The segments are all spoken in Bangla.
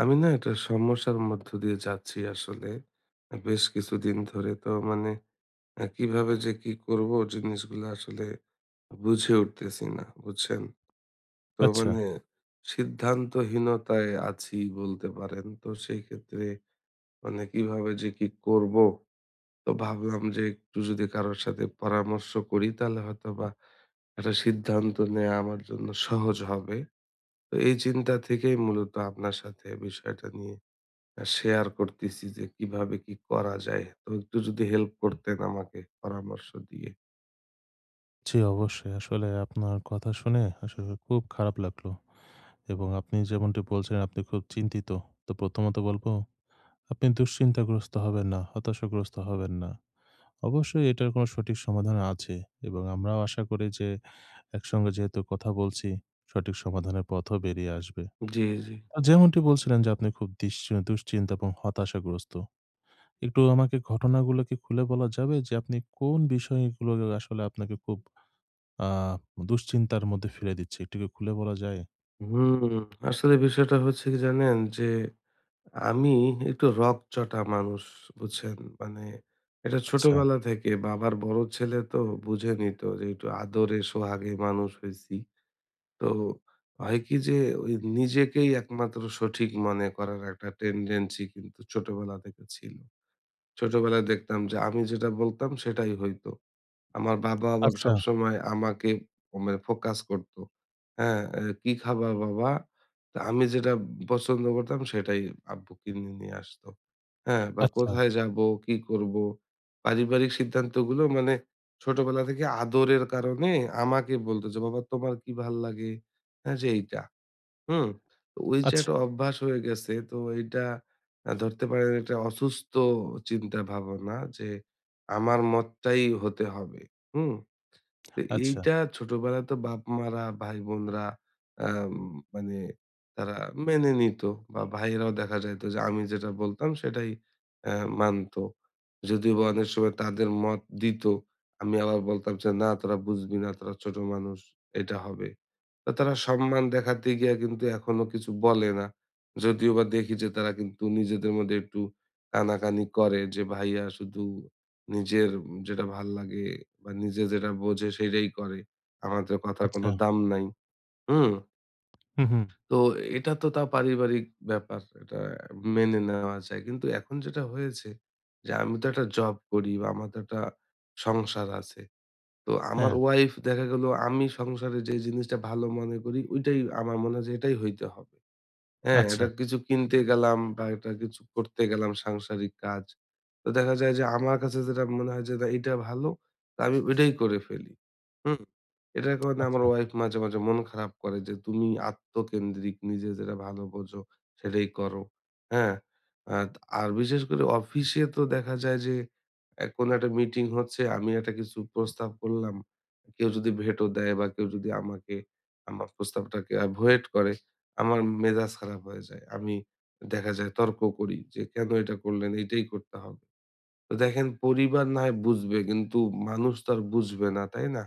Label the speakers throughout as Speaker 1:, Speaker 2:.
Speaker 1: আমি না একটা সমস্যার মধ্য দিয়ে যাচ্ছি আসলে। বেশ কিছুদিন ধরে তো মানে আ কিভাবে যে কি করব জিনিসগুলো আসলে বুঝে উঠতেছি না, বুঝছেন? তো
Speaker 2: আচ্ছা।
Speaker 1: মানে সিদ্ধান্তহীনতায় আছি বলতে পারেন। তো সেই ক্ষেত্রে মানে কিভাবে যে কি করব? তো ভাবলাম যে একটু যদি কারোর সাথে পরামর্শ করি তাহলে হয়তোবা একটা সিদ্ধান্ত নেয়া আমার জন্য সহজ হবে। তো এই চিন্তা থেকেই মূলত আপনার সাথে বিষয়টা নিয়ে শেয়ার করতেছি যে কিভাবে কি করা যায়। তো একটু যদি হেল্প করতেন আমাকে পরামর্শ দিয়ে।
Speaker 2: জি, অবশ্যই। আসলে আপনার কথা শুনে আসলে খুব খারাপ লাগলো। এবং আপনি যেমনটি বলছেন আপনি খুব চিন্তিত। তো প্রথমত বলব আপনি দুশ্চিন্তাগ্রস্ত হবেন না, হতাশাগ্রস্ত হবেন না। অবশ্যই এটার কোনো সঠিক সমাধান আছে এবং আমরাও আশা করি যে একসঙ্গে যেহেতু কথা বলছি সঠিক সমাধানের পথও বেরিয়ে আসবে।
Speaker 1: জি, জি।
Speaker 2: যেমনটি বলছিলেন যে আপনি খুব দুশ্চিন্তা এবং হতাশাগ্রস্ত। একটু আমাকে ঘটনাগুলো কি খুলে বলা যাবে যে আপনি কোন বিষয়গুলো আসলে আপনাকে খুব আ দুশ্চিন্তার মধ্যে ফেলে দিচ্ছে। এটা কি খুলে বলা যায়?
Speaker 1: হুম, আসলে বিষয়টা হচ্ছে কি জানেন? যে আমি একটু রগচটা মানুষ, বুঝছেন? মানে এটা
Speaker 2: আচ্ছা,
Speaker 1: ছোটবেলা থেকে বাবার বড় ছেলে তো বুঝেনি তো যে একটু আদরে সোহাগে মানুষ হইছি। তো হয় কি যে ওই নিজেকেই একমাত্র সঠিক মনে করার একটা টেনডেন্সি কিন্তু ছোটবেলা থেকে ছিল। ছোটবেলায় দেখতাম যে আমি যেটা বলতাম সেটাই হইতো। আমার বাবা আবার
Speaker 2: আচ্ছা,
Speaker 1: সবসময় আমাকে মানে ফোকাস করতো। হ্যাঁ, এ "কি খাবা বাবা?" তো আমি যেটা পছন্দ করতাম সেটাই আব্বু কিনে নিয়ে আসতো। হ্যাঁ, বা
Speaker 2: আচ্ছা,
Speaker 1: কোথায় যাবো, কি করবো? পারিবারিক সিদ্ধান্তগুলো মানে ছোটবেলা থেকে আদরের কারণে আমাকে বলতো যে, "বাবা তোমার কি ভাল লাগে?" হ্যাঁ, যে এইটা। হুম? তো ওই যে
Speaker 2: আচ্ছা,
Speaker 1: একটা অভ্যাস হয়ে গেছে তো এইটা ধরতে পারেন একটা অসুস্থ চিন্তা ভাবনা যে আমার মতটাই হতে হবে। হুম? তো
Speaker 2: আচ্ছা,
Speaker 1: এইটা ছোটবেলায় তো বাপ-মারা, ভাই-বোনরা আম মানে তারা মেনে নিত বা ভাইয়েরাও দেখা যাইত যে আমি যেটা বলতাম সেটাই অ্যা মানত। যদিও বা অনেক সময় তাদের মত দিত। আমি আবার বলতাম যে, "না তোরা বুঝবি না, তোরা ছোট মানুষ, এটা হবে।" তো তারা সম্মান দেখাতে গিয়া কিন্তু এখনো কিছু বলে না। যদিও বা দেখি যে তারা কিন্তু নিজেদের মধ্যে একটু কানাকানি করে যে ভাইয়া শুধু নিজের যেটা ভাল লাগে বা নিজে যেটা বোঝে সেটাই করে। আমাদের কথার কোনো
Speaker 2: আচ্ছা।
Speaker 1: দাম নাই। হুম?
Speaker 2: হুম, হুম।
Speaker 1: তো এটা তো তার পারিবারিক ব্যাপার। এটা মেনে নেওয়া যায়। কিন্তু এখন যেটা হয়েছে যে আমি তো একটা জব করি বা আমার তো একটা সংসার আছে। তো আমার
Speaker 2: হ্যাঁ,
Speaker 1: ওয়াইফ দেখা গেল আমি সংসারে যে জিনিসটা ভালো মনে করি, ঐটাই আমার মনে হয় যে এটাই হইতে হবে। হ্যাঁ,
Speaker 2: আচ্ছা,
Speaker 1: এটা কিছু কিনতে গেলাম বা এটা কিছু করতে গেলাম সাংসারিক কাজ। তো দেখা যায় যে আমার কাছে যেটা মনে হয় যে, "না এটা ভালো।" তো আমি ওইটাই করে ফেলি। হুম? এটার কারণে আমার
Speaker 2: আচ্ছা।
Speaker 1: ওয়াইফ মাঝে, মাঝে মন খারাপ করে যে, "তুমি আত্মকেন্দ্রিক নিজে যেটা ভালো বোঝো সেটাই করো।" হ্যাঁ? আ আর বিশেষ করে অফিসে তো দেখা যায় যে, এ কোনো একটা মিটিং হচ্ছে, আমি একটা কিছু প্রস্তাব করলাম। কেউ যদি ভেটো দেয় বা কেউ যদি আমাকে আমার প্রস্তাবটাকে ভয়েড করে আমার মেজাজ খারাপ হয়ে যায়। আমি দেখা যায় তর্ক করি যে, "কেন এটা করলেন? এইটাই করতে হবে।" তো দেখেন পরিবার না হয় বুঝবে কিন্তু মানুষ তো আর বুঝবে না, তাই না?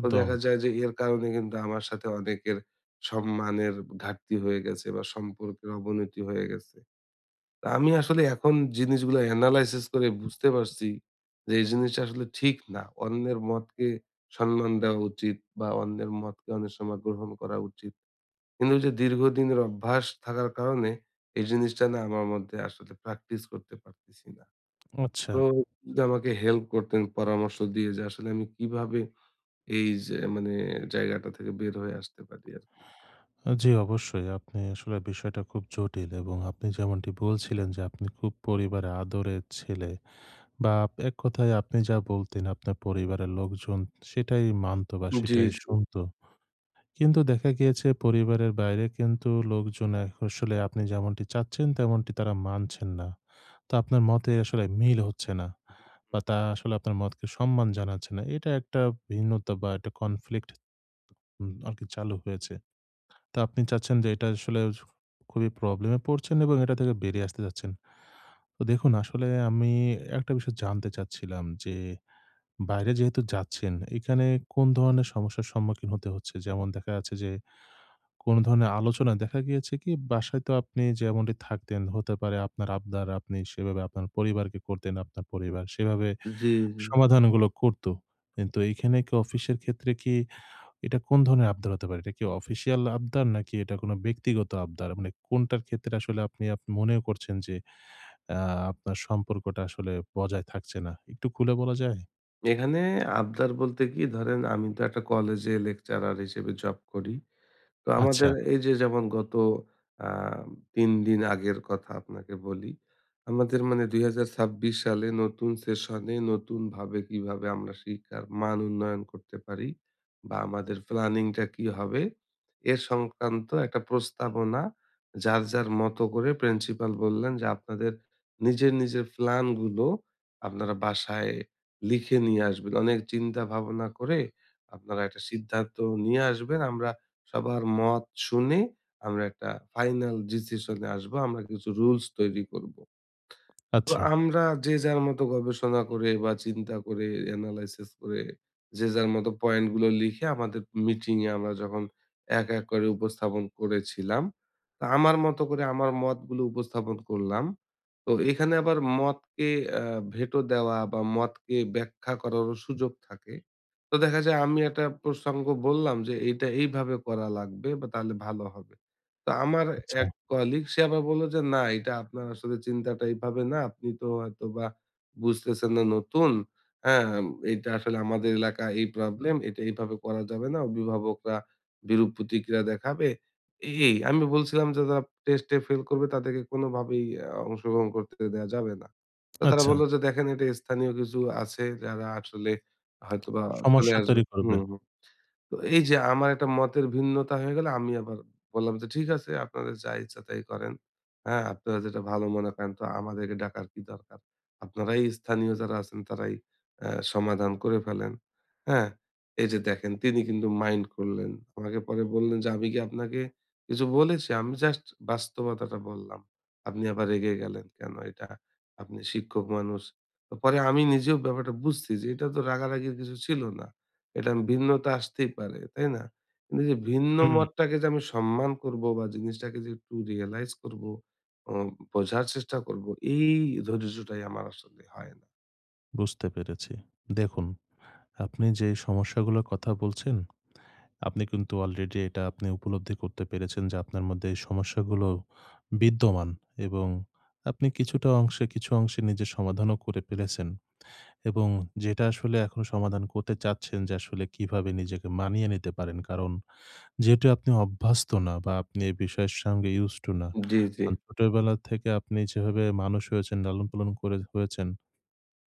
Speaker 1: তো দেখা যায় যে এর কারণে কিন্তু আমার সাথে অনেকের সম্মানের ঘাটতি হয়ে গেছে বা সম্পর্কের অবনতি হয়ে গেছে। তো আমি আসলে এখন জিনিসগুলো এনালাইসিস করে বুঝতে পারছি যে এই জিনিসটা আসলে ঠিক না। অন্যের মতকে সম্মান দেওয়া উচিত বা অন্যের মতকে অনেক সময় গ্রহণ করা উচিত। কিন্তু ওই যে দীর্ঘদিনের অভ্যাস থাকার কারণে এই জিনিসটা না আমার মধ্যে আসলে প্র্যাকটিস করতে পারতেছি না।
Speaker 2: আচ্ছা।
Speaker 1: তো যদি আমাকে হেল্প করতেন পরামর্শ দিয়ে যে আসলে আমি কিভাবে এই যে মানে জায়গাটা থেকে বের হয়ে আসতে পারি আরকি?
Speaker 2: জি, অবশ্যই। আপনি আসলে বিষয়টা খুব জটিল এবং আপনি যেমনটি বলছিলেন যে আপনি খুব পরিবারের আদরের ছেলে বা এক কথায় আপনি যা বলতেন আপনার পরিবারের লোকজন সেটাই মানত বা
Speaker 1: জি,
Speaker 2: সেটাই
Speaker 1: জি,
Speaker 2: শুনত। কিন্তু দেখা গিয়েছে পরিবারের বাইরে কিন্তু লোকজন আসলে আপনি যেমনটি চাচ্ছেন তেমনটি তারা মানছেন না। তো আপনার মতে আসলে মিল হচ্ছে না বা তারা আসলে আপনার মতকে সম্মান জানাচ্ছে না। এটা একটা ভিন্নতা বা একটা কনফ্লিক্ট আরকি চালু হয়েছে। তো আপনি চাচ্ছেন যে এটা আসলে খুবই প্রবলেমে পড়ছেন এবং এটা থেকে বেরিয়ে আসতে চাচ্ছেন। তো দেখুন আসলে আমি একটা বিষয় জানতে চাচ্ছিলাম যে বাইরে যেহেতু যাচ্ছেন, এখানে কোন ধরনের সমস্যার সম্মুখীন হতে হচ্ছে? যেমন দেখা যাচ্ছে যে কোনো ধরনের আলোচনা দেখা গিয়েছে কি বাসায় তো আপনি যেমনটি থাকতেন হতে পারে আপনার আবদার আপনি সেভাবে আপনার পরিবারকে করতেন আপনার পরিবার সেভাবে
Speaker 1: জি, জি।
Speaker 2: সমাধানগুলো করতো। কিন্তু এইখানে কি অফিসের ক্ষেত্রে কি এটা কোন ধরনের আবদার হতে পারে? এটা কি অফিসিয়াল আবদার নাকি এটা কোনো ব্যক্তিগত আবদার? মানে কোনটার ক্ষেত্রে আসলে আপনি মনে করছেন যে আ আপনার সম্পর্কটা আসলে বজায় থাকছে না? একটু খুলে বলা যায়?
Speaker 1: এখানে আবদার বলতে কি ধরেন আমি তো একটা কলেজে লেকচারার হিসেবে জব করি। তো
Speaker 2: আচ্ছা,
Speaker 1: আমাদের এই যে যেমন গত আ ৩ দিন আগের কথা আপনাকে বলি। আমাদের মানে ২০২৬ সালে নতুন সেশনে নতুনভাবে কিভাবে আমরা শিক্ষার মান উন্নয়ন করতে পারি বা আমাদের প্ল্যানিংটা কি হবে এ সংক্রান্ত একটা প্রস্তাবনা যার, যার মতো করে প্রিন্সিপাল বললেন যে, "আপনাদের নিজের, নিজের প্ল্যানগুলো আপনারা বাসায় লিখে নিয়ে আসবেন। অনেক চিন্তা ভাবনা করে আপনারা একটা সিদ্ধান্ত নিয়ে আসবেন। আমরা সবার মত শুনে আমরা একটা ফাইনাল ডিসিশনে আসবো। আমরা কিছু রুলস তৈরি করব। তো
Speaker 2: আচ্ছা,
Speaker 1: আমরা যে যার মতো গবেষণা করে বা চিন্তা করে এনালাইসিস করে যে যার মতো পয়েন্ট গুলো লিখে আমাদের মিটিং এ আমরা যখন এক এক করে উপস্থাপন করেছিলাম তা আমার মতো করে আমার মতগুলো উপস্থাপন করলাম তো এখানে আবার মতকে ভেটো দেওয়া বা মতকে ব্যাখ্যা করারও সুযোগ থাকে তো দেখা যায় আমি একটা প্রসঙ্গ বললাম যে এইটা এইভাবে করা লাগবে বা তাহলে ভালো হবে তো আমার
Speaker 2: আচ্ছা,
Speaker 1: এক কলিগ সে আবার বলল যে, "না, এটা আপনার আসলে চিন্তাটা এইভাবে না। আপনি তো হয়তোবা বুঝতেছেন না নতুন। হ্যাঁ, এটা আসলে আমাদের এলাকা এই প্রবলেম। এটা এইভাবে করা যাবে না। অভিভাবকরা বিরূপ প্রতিক্রিয়া দেখাবে।" এই, এই। আমি বলছিলাম যে, "যারা টেস্টে ফেল করবে তাদেরকে কোনোভাবেই অংশগ্রহণ করতে দেয়া যাবে না।" তো তারা
Speaker 2: আচ্ছা।
Speaker 1: বলল যে, "দেখেন এটা স্থানীয় কিছু আছে যারা আসলে হয়তোবা চলে
Speaker 2: সমস্যা
Speaker 1: আসবে।"
Speaker 2: তৈরি করবে।
Speaker 1: হুম, হুম। তো এই যে আমার একটা মতের ভিন্নতা হয়ে গেল, আমি আবার বললাম যে, "ঠিক আছে আপনাদের যা ইচ্ছা তাই করেন। হ্যাঁ, আপনারা যেটা ভালো মনে করেন তো আমাদেরকে ডাকার কি দরকার? আপনারাই স্থানীয় যারা আছেন তারাই সমাধান করে ফেলেন।" হ্যাঁ? এই যে দেখেন তিনি কিন্তু মাইন্ড করলেন। আমাকে পরে বললেন যে, "আমি কি আপনাকে কিছু বলেছি? আমি জাস্ট বাস্তবতাটা বললাম। আপনি আবার রেগে গেলেন কেন? এটা আপনি শিক্ষক মানুষ।" তো পরে আমি নিজেও ব্যাপারটা বুঝছি যে এটা তো রাগারাগির কিছু ছিল না। এটা ভিন্নতা আসতেই পারে, তাই না? কিন্তু যে ভিন্ন
Speaker 2: হুম,
Speaker 1: মতটাকে যে আমি সম্মান করব বা জিনিসটাকে যে একটু রিয়ালাইজ করব, অ বোঝার চেষ্টা করব, এই ধৈর্যটাই আমার আসলে হয় না।
Speaker 2: বুঝতে পেরেছি। দেখুন আপনি যে সমস্যাগুলোর কথা বলছেন, আপনি কিন্তু অলরেডি এটা আপনি উপলব্ধি করতে পেরেছেন যে আপনার মধ্যে এই সমস্যাগুলো বিদ্যমান এবং আপনি কিছুটা অংশে কিছু অংশে নিজের সমাধানও করে ফেলেছেন এবং যেটা আসলে এখন সমাধান করতে চাচ্ছেন যে আসলে কিভাবে নিজেকে মানিয়ে নিতে পারেন। কারণ যেহেতু আপনি অভ্যস্ত না বা আপনি এই বিষয়ের সঙ্গে used to না।
Speaker 1: জি, জি।
Speaker 2: কারণ ছোটবেলা থেকে আপনি যেভাবে মানুষ হয়েছেন, লালন-পালন করে হয়েছেন,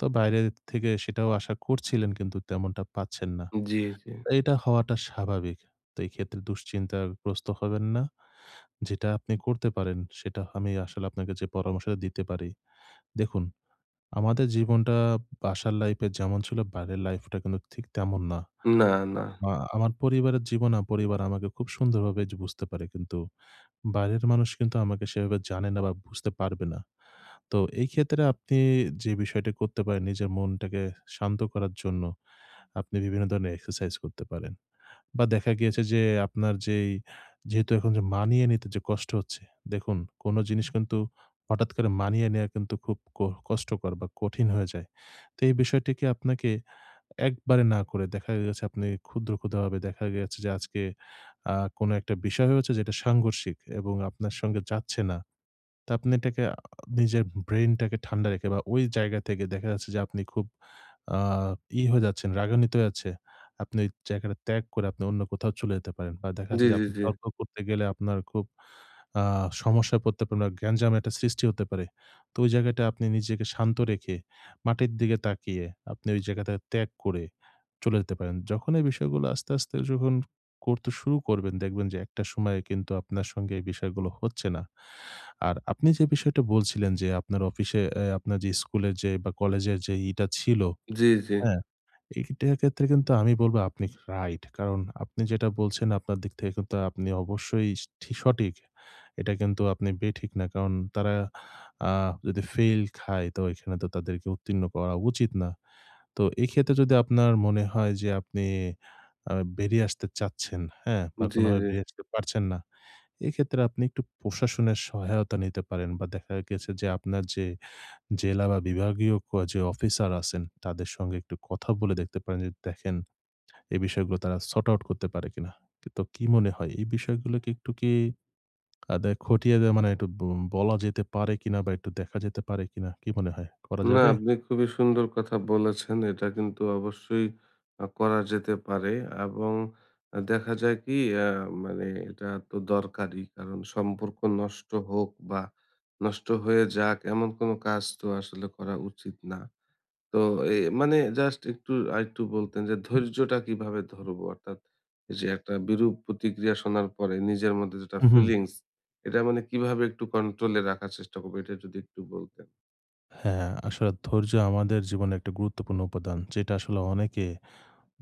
Speaker 2: তো বাইরে থেকে সেটাও আশা করছিলেন কিন্তু তেমনটা পাচ্ছেন না।
Speaker 1: জি, জি।
Speaker 2: এটা হওয়াটা স্বাভাবিক। তো এক্ষেত্রে দুশ্চিন্তাগ্রস্ত হবেন না। যেটা আপনি করতে পারেন সেটা আমি আসলে আপনাকে যে পরামর্শটা দিতে পারি। দেখুন, আমাদের জীবনটা বাসার লাইফে যেমন ছিল বাইরের লাইফটা কিন্তু ঠিক তেমন না।
Speaker 1: না, না।
Speaker 2: আমার পরিবারের জীবন পরিবার আমাকে খুব সুন্দরভাবে যে বুঝতে পারে কিন্তু বাইরের মানুষ কিন্তু আমাকে সেভাবে জানে না বা বুঝতে পারবে না। তো এই ক্ষেত্রে আপনি যে বিষয়টা করতে পারেন নিজের মনটাকে শান্ত করার জন্য আপনি বিভিন্ন ধরনের এক্সারসাইজ করতে পারেন। বা দেখা গিয়েছে যে আপনার যেই যেহেতু এখন যে মানিয়ে নিতে যে কষ্ট হচ্ছে, দেখুন কোনো জিনিস কিন্তু হঠাৎ করে মানিয়ে নেয়া কিন্তু খুব কষ্টকর বা কঠিন হয়ে যায়। তো এই বিষয়টিকে আপনাকে একবারে না করে দেখা গেছে আপনি ক্ষুদ্র, ক্ষুদ্রভাবে দেখা গেছে যে আজকে কোনো একটা বিষয় হয়েছে যেটা সাংঘর্ষিক এবং আপনার সঙ্গে যাচ্ছে না। তো আপনি এটাকে নিজের ব্রেইনটাকে ঠান্ডা রেখে বা ওই জায়গা থেকে দেখা যাচ্ছে যে আপনি খুব আ হয়ে যাচ্ছেন, রাগান্বিত হয়ে যাচ্ছে। আপনি ওই জায়গাটা ত্যাগ করে আপনি অন্য কোথাও চলে যেতে পারেন। বা দেখা
Speaker 1: জি,
Speaker 2: যাচ্ছে যে
Speaker 1: জি,
Speaker 2: আপনি
Speaker 1: জি।
Speaker 2: তর্ক করতে গেলে আপনার খুব আ সমস্যায় পড়তে পারেন বা গ্যাঞ্জামের একটা সৃষ্টি হতে পারে। তো ওই জায়গাটা আপনি নিজেকে শান্ত রেখে, মাটির দিকে তাকিয়ে আপনি ওই জায়গাটা ত্যাগ করে চলে যেতে পারেন। যখন এই বিষয়গুলো আস্তে, আস্তে যখন করতে শুরু করবেন দেখবেন যে একটা সময়ে কিন্তু আপনার সঙ্গে এই বিষয়গুলো হচ্ছে না। আর আপনি যে বিষয়টা বলছিলেন যে আপনার অফিসে আপনার যে স্কুলের যে বা কলেজের যে ইটা ছিল,
Speaker 1: জি, জি।
Speaker 2: হ্যাঁ। এইটার ক্ষেত্রে কিন্তু আমি বলব আপনি রাইট। কারণ আপনি যেটা বলছেন আপনার দিক থেকে কিন্তু আপনি অবশ্যই সঠিক। এটা কিন্তু আপনি বেঠিক না। কারণ তারা আ যদি ফেইল খায় তো এখানে তো তাদেরকে উত্তীর্ণ করা উচিত না। তো এক্ষেত্রে যদি আপনার মনে হয় যে আপনি আ বেরিয়ে আসতে চাচ্ছেন, হ্যাঁ? বা
Speaker 1: জি,
Speaker 2: কোনোভাবে
Speaker 1: জি।
Speaker 2: বেরিয়ে আসতে পারছেন না। এক্ষেত্রে আপনি একটু প্রশাসনের সহায়তা নিতে পারেন বা দেখা গেছে যে আপনার যে জেলা বা বিভাগীয় যে অফিসার আছেন তাদের সঙ্গে একটু কথা বলে দেখতে পারেন যে দেখেন এই বিষয়গুলো তারা সর্ট আউট করতে পারে কিনা। তো কি মনে হয় এই বিষয়গুলোকে একটু কি দে- খতিয়ে দে- মানে একটু বলা যেতে পারে কিনা বা একটু দেখা যেতে পারে কিনা? কি মনে হয়, করা
Speaker 1: না,
Speaker 2: যাবে?
Speaker 1: আপনি খুবই সুন্দর কথা বলেছেন। এটা কিন্তু অবশ্যই করা যেতে পারে এবং দেখা যায় কি আ মানে এটা তো দরকারই। কারণ সম্পর্ক নষ্ট হোক বা নষ্ট হয়ে যাক এমন কোনো কাজ তো আসলে করা উচিত না। তো এ মানে জাস্ট একটু আরেকটু বলতেন যে ধৈর্যটা কিভাবে ধরবো? অর্থাৎ এই যে একটা বিরূপ প্রতিক্রিয়া শোনার পরে নিজের মধ্যে যেটা
Speaker 2: হুম।
Speaker 1: ফিলিংস এটা মানে কিভাবে একটু কন্ট্রোলে রাখার চেষ্টা করব? এটা যদি একটু বলতেন।
Speaker 2: হ্যাঁ, আসলে ধৈর্য আমাদের জীবনে একটা গুরুত্বপূর্ণ উপাদান যেটা আসলে অনেকে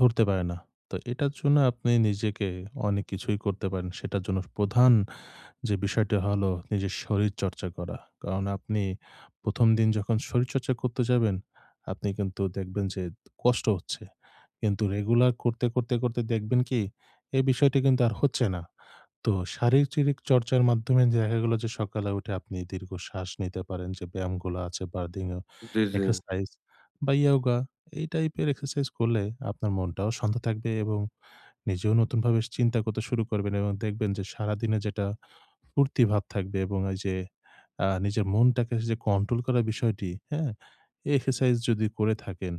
Speaker 2: ধরতে পারে না। তো এটার জন্য আপনি নিজেকে অনেক কিছুই করতে পারেন। সেটার জন্য প্রধান যে বিষয়টি হলো নিজের শরীরচর্চা করা। কারণ আপনি প্রথম দিন যখন শরীরচর্চা করতে যাবেন, আপনি কিন্তু দেখবেন যে কষ্ট হচ্ছে। কিন্তু রেগুলার করতে, করতে, করতে দেখবেন কি এই বিষয়টি কিন্তু আর হচ্ছে না। তো শারীরিক চর্চার মাধ্যমে যে দেখা গেল যে সকালে উঠে আপনি দীর্ঘ শ্বাস নিতে পারেন যে ব্যায়ামগুলো আছে বার্দিং
Speaker 1: জি, জি।
Speaker 2: এক্সারসাইজ বা ইয়োগা এই টাইপের এক্সারসাইজ করলে আপনার মনটাও শান্ত থাকবে এবং নিজেও নতুনভাবে চিন্তা করতে শুরু করবেন এবং দেখবেন যে সারাদিনে যেটা ফুর্তি ভাব থাকবে এবং এই যে নিজের মনটাকে যে কন্ট্রোল করার বিষয়টি, হ্যাঁ, এই এক্সারসাইজ যদি করে থাকেন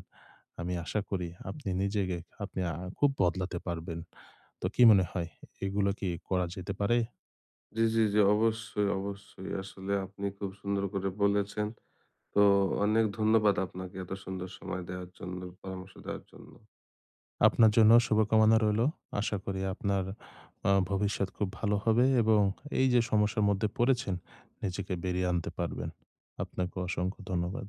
Speaker 2: আমি আশা করি আপনি নিজেকে খুব বদলাতে পারবেন। তো কি মনে হয়, এগুলো কি করা যেতে পারে?
Speaker 1: জি, জি, জি। অবশ্যই, অবশ্যই। আসলে আপনি খুব সুন্দর করে বলেছেন। তো অনেক ধন্যবাদ আপনাকে এত সুন্দর সময় দেওয়ার জন্য, পরামর্শ দেওয়ার জন্য।
Speaker 2: আপনার জন্য শুভকামনা রইল। আশা করি আপনার ভবিষ্যৎ খুব ভালো হবে এবং এই যে সমস্যার মধ্যে পড়েছেন, নিজেকে বেরিয়ে আনতে পারবেন। আপনাকে অসংখ্য ধন্যবাদ।